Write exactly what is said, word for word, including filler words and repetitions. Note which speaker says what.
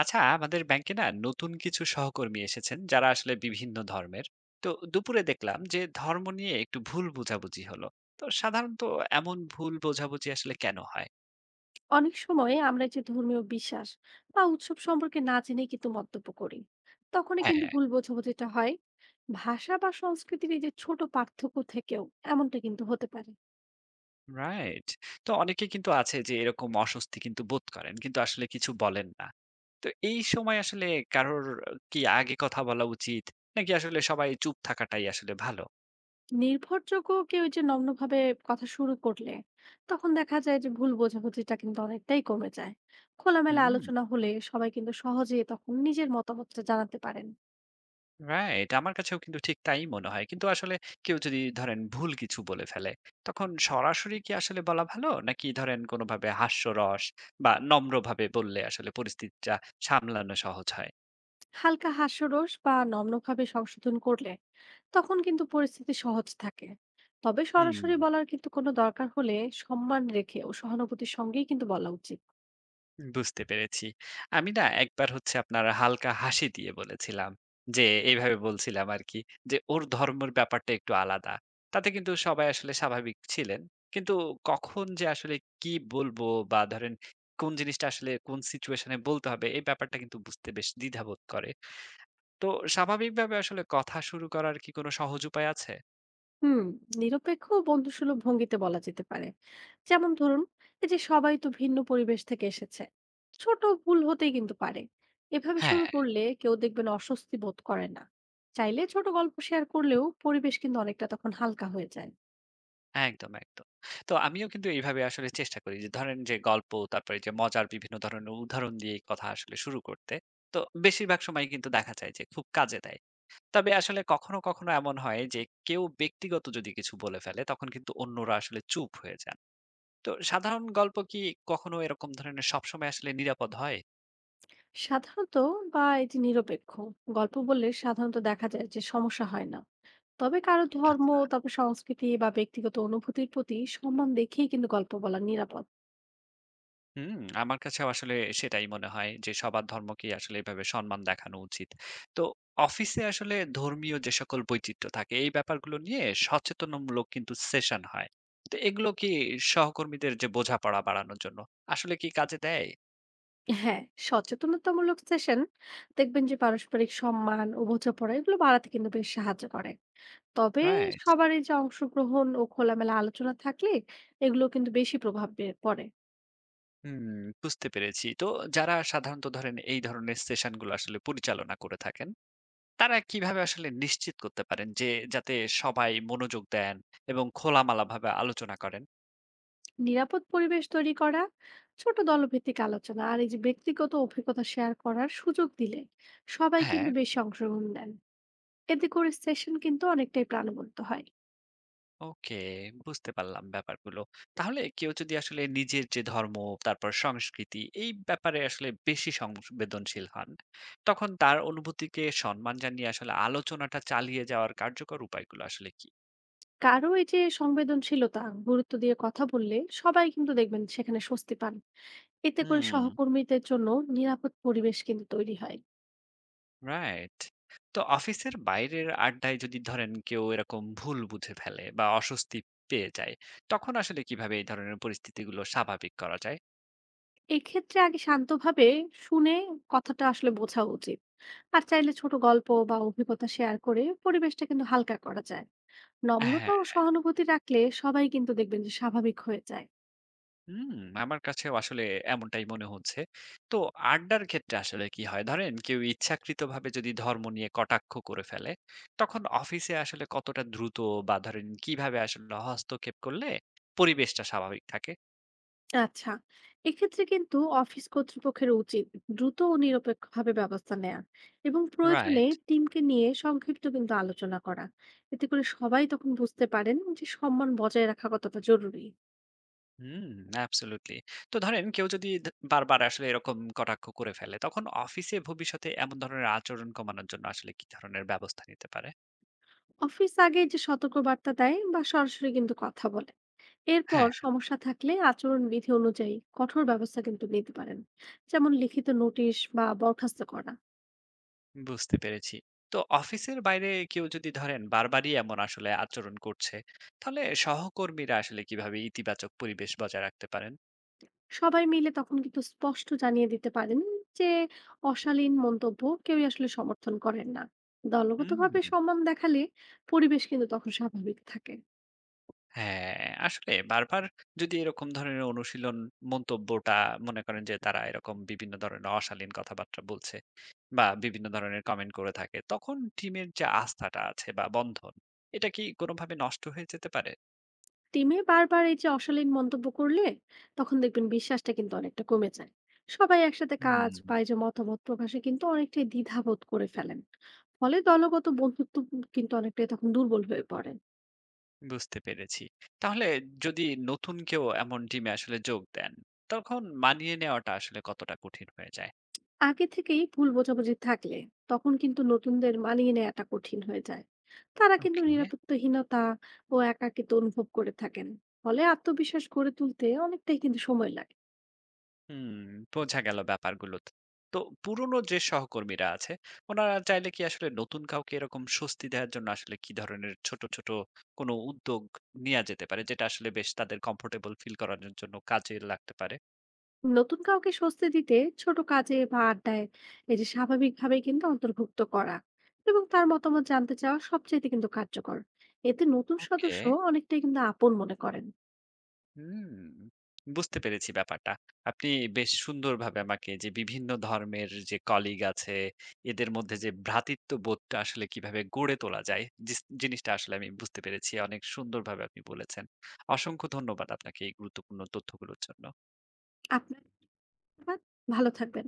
Speaker 1: আচ্ছা আমাদের ব্যাংকে না নতুন কিছু সহকর্মী এসেছেন যারা আসলে বিভিন্ন ধর্মের। তো দুপুরে দেখলাম যে ধর্ম নিয়ে একটু ভুল বোঝাবুঝি হলো। তো সাধারণত এমন ভুল বোঝাবুঝি আসলে কেন হয়?
Speaker 2: অনেক সময় আমরা যে ধর্মীয় বিশ্বাস বা উৎসব সম্পর্কে না জেনে কিন্তু মন্তব্য করি, তখনই কিন্তু
Speaker 1: হ্যাঁ।
Speaker 2: ভুল বোঝাবুঝিটা হয়। ভাষা বা সংস্কৃতির এই যে ছোট পার্থক্য থেকেও এমনটা কিন্তু হতে পারে।
Speaker 1: রাইট। তো অনেকে কিন্তু আছে যে এরকম অস্বস্তি কিন্তু বোধ করেন কিন্তু আসলে কিছু বলেন না। তো এই সময় আসলে কারোর কি আগে কথা বলা উচিত, নাকি আসলে সবাই চুপ থাকাটাই আসলে ভালো?
Speaker 2: নির্ভরযোগ্য কেউ এই যে নগ্নভাবে কথা শুরু করলে তখন দেখা যায় যে ভুল বোঝাবুঝিটা কিন্তু অনেকটাই কমে যায়। খোলামেলা
Speaker 1: হুম।
Speaker 2: আলোচনা হলে সবাই কিন্তু সহজে তখন নিজের মতামতটা জানাতে পারেন।
Speaker 1: রাইট। আমার কাছেও কিন্তু ঠিক তাই মনে হয়। কিন্তু আসলে কেউ যদি ধরেন ভুল কিছু বলে ফেলে, তখন সরাসরি কি আসলে বলা ভালো? নাকি ধরেন কোনোভাবে হাস্যরস বা নম্রভাবে বললে আসলে পরিস্থিতিটা সামলানো সহজ হয়?
Speaker 2: হালকা হাস্যরস বা নম্রভাবে সংশোধন করলে তখন কিন্তু পরিস্থিতি সহজ থাকে। তবে
Speaker 1: হুম।
Speaker 2: সরাসরি বলার কিন্তু কোনো দরকার হলে সম্মান রেখে ও সহানুভূতির সঙ্গেই কিন্তু বলা উচিত।
Speaker 1: বুঝতে পেরেছি। আমি না একবার হচ্ছে আপনার হালকা হাসি দিয়ে বলেছিলাম যে, এইভাবে বলছিলাম আরকি যে, ওর ধর্মের ব্যাপারটা একটু আলাদা। তাতে কিন্তু সবাই আসলে স্বাভাবিক ছিলেন। কিন্তু কখন যে আসলে কি বলবো বা ধরেন কোন জিনিসটা আসলে কোন সিচুয়েশন এ বলতে হবে এই ব্যাপারটা কিন্তু বুঝতে বেশ দ্বিধাবোধ করে। তো স্বাভাবিকভাবে আসলে কথা শুরু করার কি কোনো সহজ উপায় আছে?
Speaker 2: হুম, নিরপেক্ষ ও বন্ধুসুলভ ভঙ্গিতে বলা যেতে পারে। যেমন ধরুন, এই যে সবাই তো ভিন্ন পরিবেশ থেকে এসেছে, ছোট ভুল হতেই কিন্তু পারে। এভাবে শুরু
Speaker 1: হ্যাঁ।
Speaker 2: করলে কেউ দেখবেন অস্বস্তি বোধ করে না। চাইলে ছোট গল্প শেয়ার করলেও পরিবেশ কিন্তু অনেকটা তখন হালকা হয়ে যায়।
Speaker 1: একদম, একদম। তো আমিও কিন্তু এইভাবে আসলে চেষ্টা করি যে ধরেন যে গল্প, তারপরে যে মজার বিভিন্ন ধরনের উদাহরণ দিয়ে এই কথা আসলে শুরু করতে। তো বেশিরভাগ সময়ই কিন্তু দেখা যায় যে খুব কাজে দেয়। তবে আসলে কখনো, কখনো এমন হয় যে কেউ ব্যক্তিগত যদি কিছু বলে ফেলে তখন কিন্তু অন্যরা আসলে চুপ হয়ে যান। তো সাধারণ গল্প কি কখনো এরকম ধরনের সবসময় আসলে নিরাপদ হয়?
Speaker 2: সাধারণত বা এটি নিরপেক্ষ গল্প বললে সাধারণত দেখা যায় যে সমস্যা হয় না। তবে কারো ধর্ম,
Speaker 1: আচ্ছা।
Speaker 2: তারপর সংস্কৃতি বা ব্যক্তিগত অনুভূতির প্রতি সম্মান দেখিয়ে কিন্তু গল্প বলা নিরাপদ।
Speaker 1: হুম, আমার কাছেও আসলে সেটাই মনে হয় যে সবার ধর্মকেই আসলে এভাবে সম্মান দেখানো উচিত। তো অফিসে আসলে ধর্মীয় যে সকল বৈচিত্র্য থাকে এই ব্যাপারগুলো নিয়ে সচেতনমূলক কিন্তু সেশন হয়। তো এগুলো কি সহকর্মীদের যে বোঝাপড়া বাড়ানোর জন্য আসলে কি কাজে দেয়?
Speaker 2: হ্যাঁ, সচেতনতামূলক সেশন দেখবেন যে পারস্পরিক সম্মান ও বোঝাপড়া এগুলো বাড়াতে কিন্তু বেশ সাহায্য করে। তবে
Speaker 1: রাইট।
Speaker 2: সবারই যে অংশগ্রহণ ও খোলামেলা আলোচনা থাকলে এগুলো কিন্তু বেশি প্রভাব পড়ে।
Speaker 1: হুম, বুঝতে পেরেছি। তো যারা সাধারণত ধরেন এই ধরনের সেশনগুলো আসলে পরিচালনা করে থাকেন, তারা কিভাবে আসলে নিশ্চিত করতে পারেন যে যাতে সবাই মনোযোগ দেন এবং খোলামেলাভাবে আলোচনা করেন?
Speaker 2: নিরাপদ পরিবেশ তৈরি করা, ছোট দলভিত্তিক আলোচনা আর এই যে ব্যক্তিগত অভিজ্ঞতা শেয়ার করার সুযোগ দিলে সবাই
Speaker 1: হ্যাঁ।
Speaker 2: কিন্তু বেশি অংশগ্রহণ দেন। এতে করে সেশন কিন্তু অনেকটাই প্রাণবন্ত হয়।
Speaker 1: ওকে, বুঝতে পারলাম ব্যাপারগুলো। তাহলে কেউ যদি আসলে নিজের যে ধর্ম, তারপর সংস্কৃতি এই ব্যাপারে আসলে বেশি সংবেদনশীল হন, তখন তার অনুভূতিকে সম্মান জানিয়ে আসলে আলোচনাটা চালিয়ে যাওয়ার কার্যকর উপায়গুলো আসলে কি?
Speaker 2: কারো এই যে সংবেদনশীলতা গুরুত্ব দিয়ে কথা বললে সবাই কিন্তু দেখবেন সেখানে স্বস্তি পান। এতে করে
Speaker 1: হুম।
Speaker 2: সহকর্মীদের জন্য নিরাপদ পরিবেশ কিন্তু তৈরি হয়।
Speaker 1: রাইট। তো অফিসের বাইরের আড্ডায় যদি ধরেন কেউ এরকম ভুল বুঝে ফেলে বা অস্বস্তি পেয়ে যায়, তখন আসলে কিভাবে এই ধরনের পরিস্থিতিগুলো স্বাভাবিক করা যায়?
Speaker 2: এক্ষেত্রে আগে শান্তভাবে শুনে কথাটা আসলে বোঝা উচিত। আর চাইলে ছোট গল্প বা অভিজ্ঞতা শেয়ার করে পরিবেশটা কিন্তু হালকা করা যায়। নম্রতা ও
Speaker 1: হ্যাঁ।
Speaker 2: সহানুভূতি রাখলে সবাই কিন্তু দেখবেন যে স্বাভাবিক হয়ে যায়।
Speaker 1: হুম, আমার কাছেও আসলে এমনটাই মনে হচ্ছে। তো আড্ডার ক্ষেত্রে আসলে কি হয়? ধরেন কেউ ইচ্ছাকৃতভাবে যদি ধর্ম নিয়ে কটাক্ষ করে ফেলে, তখন অফিসে আসলে কতটা দ্রুত বা ধরেন কিভাবে আসলে হস্তক্ষেপ করলে পরিবেশটা স্বাভাবিক থাকে?
Speaker 2: আচ্ছা, এক্ষেত্রে কিন্তু অফিস কর্তৃপক্ষের উচিত দ্রুত ও নিরপেক্ষভাবে ব্যবস্থা নেওয়া এবং প্রয়োজনে
Speaker 1: রাইট।
Speaker 2: টিমকে নিয়ে সংক্ষিপ্ত কিন্তু আলোচনা করা। এতে করে সবাই তখন বুঝতে পারেন যে সম্মান বজায় রাখা কতটা জরুরি।
Speaker 1: হুম, অ্যাবসোলিউটলি। তো ধরেন কেউ যদি ধ বারবার আসলে এরকম কটাক্ষ করে ফেলে, তখন অফিসে ভবিষ্যতে এমন ধরনের আচরণ কমানোর জন্য আসলে কি ধরনের ব্যবস্থা নিতে পারে?
Speaker 2: অফিস আগে যে সতর্ক বার্তা দেয় বা সরাসরি কিন্তু কথা বলে, এরপর
Speaker 1: হ্যাঁ।
Speaker 2: সমস্যা থাকলে আচরণ বিধি অনুযায়ী কঠোর ব্যবস্থা কিন্তু নিতে পারেন, যেমন লিখিত নোটিশ বা বরখাস্ত করা।
Speaker 1: বুঝতে পেরেছি। তো অফিসের বাইরে কেউ যদি ধরেন বারবারই এমন আসলে আচরণ করছে, তাহলে সহকর্মীরা আসলে কিভাবে ইতিবাচক পরিবেশ বজায় রাখতে পারেন?
Speaker 2: সবাই মিলে তখন কিন্তু স্পষ্ট জানিয়ে দিতে পারেন যে অশালীন মন্তব্য কেউই আসলে সমর্থন করেন না। দলগতভাবে
Speaker 1: হুম।
Speaker 2: সম্মান দেখালে পরিবেশ কিন্তু তখন স্বাভাবিক থাকে।
Speaker 1: হ্যাঁ, আসলে বারবার যদি এরকম ধরনের অনুশীলন মন্তব্যটা মনে করেন যে তারা এরকম বিভিন্ন ধরনের অশালীন কথাবার্তা বলছে বা বিভিন্ন ধরনের কমেন্ট করে থাকে, তখন টিমের যে আস্থাটা আছে বা বন্ধন, এটা কি কোনোভাবে নষ্ট হয়ে যেতে পারে?
Speaker 2: টিমে বারবার এই যে অশালীন মন্তব্য করলে তখন দেখবেন বিশ্বাসটা কিন্তু অনেকটা কমে যায়। সবাই একসাথে কাজ
Speaker 1: হুম।
Speaker 2: বা এই যে মতামত প্রকাশে কিন্তু অনেকটাই দ্বিধাবোধ করে ফেলেন। ফলে দলগত বন্ধুত্ব কিন্তু অনেকটাই তখন দুর্বল হয়ে পড়ে।
Speaker 1: বুঝতে পেরেছি। তাহলে যদি নতুন কেউ এমন টিমে আসলে যোগ দেন, তখন মানিয়ে নেওয়াটা আসলে কতটা কঠিন হয়ে যায়?
Speaker 2: আগে থেকেই ভুল বোঝাবুঝি থাকলে তখন কিন্তু নতুনদের মানিয়ে নেওয়াটা কঠিন হয়ে যায়। তারা কিন্তু
Speaker 1: ওকে।
Speaker 2: নিরাপত্তাহীনতা ও একাকিত্ব অনুভব করে থাকেন। ফলে আত্মবিশ্বাস গড়ে তুলতে অনেকটাই কিন্তু সময় লাগে।
Speaker 1: হুম, বোঝা গেল ব্যাপারগুলো। তো তো পুরনো যে সহকর্মীরা আছে, ওনারা চাইলে কি আসলে নতুন কাউকে এরকম স্বস্তি দেওয়ার জন্য আসলে কি ধরনের ছোট, ছোট কোনো উদ্যোগ নেয়া যেতে পারে, যেটা আসলে বেশ তাদের কমফোর্টেবল ফিল করানোর জন্য কাজে লাগতে পারে?
Speaker 2: নতুন কাউকে স্বস্তি দিতে ছোট কাজে বা আড্ডায় এই যে স্বাভাবিকভাবে কিন্তু অন্তর্ভুক্ত করা এবং তার মতামত জানতে চাওয়া সবচেয়ে কিন্তু কার্যকর। এতে নতুন
Speaker 1: ওকে।
Speaker 2: সদস্য অনেকটাই কিন্তু আপন মনে করেন।
Speaker 1: হুম, বুঝতে পেরেছি ব্যাপারটা। আপনি বেশ সুন্দরভাবে আমাকে যে বিভিন্ন ধর্মের যে কলিগ আছে, এদের মধ্যে যে ভ্রাতৃত্ববোধটা আসলে কিভাবে গড়ে তোলা যায়, জিস জিনিসটা আসলে আমি বুঝতে পেরেছি। অনেক সুন্দরভাবে আপনি বলেছেন। অসংখ্য ধন্যবাদ আপনাকে এই গুরুত্বপূর্ণ তথ্যগুলোর জন্য।
Speaker 2: আপনার ভালো থাকবেন।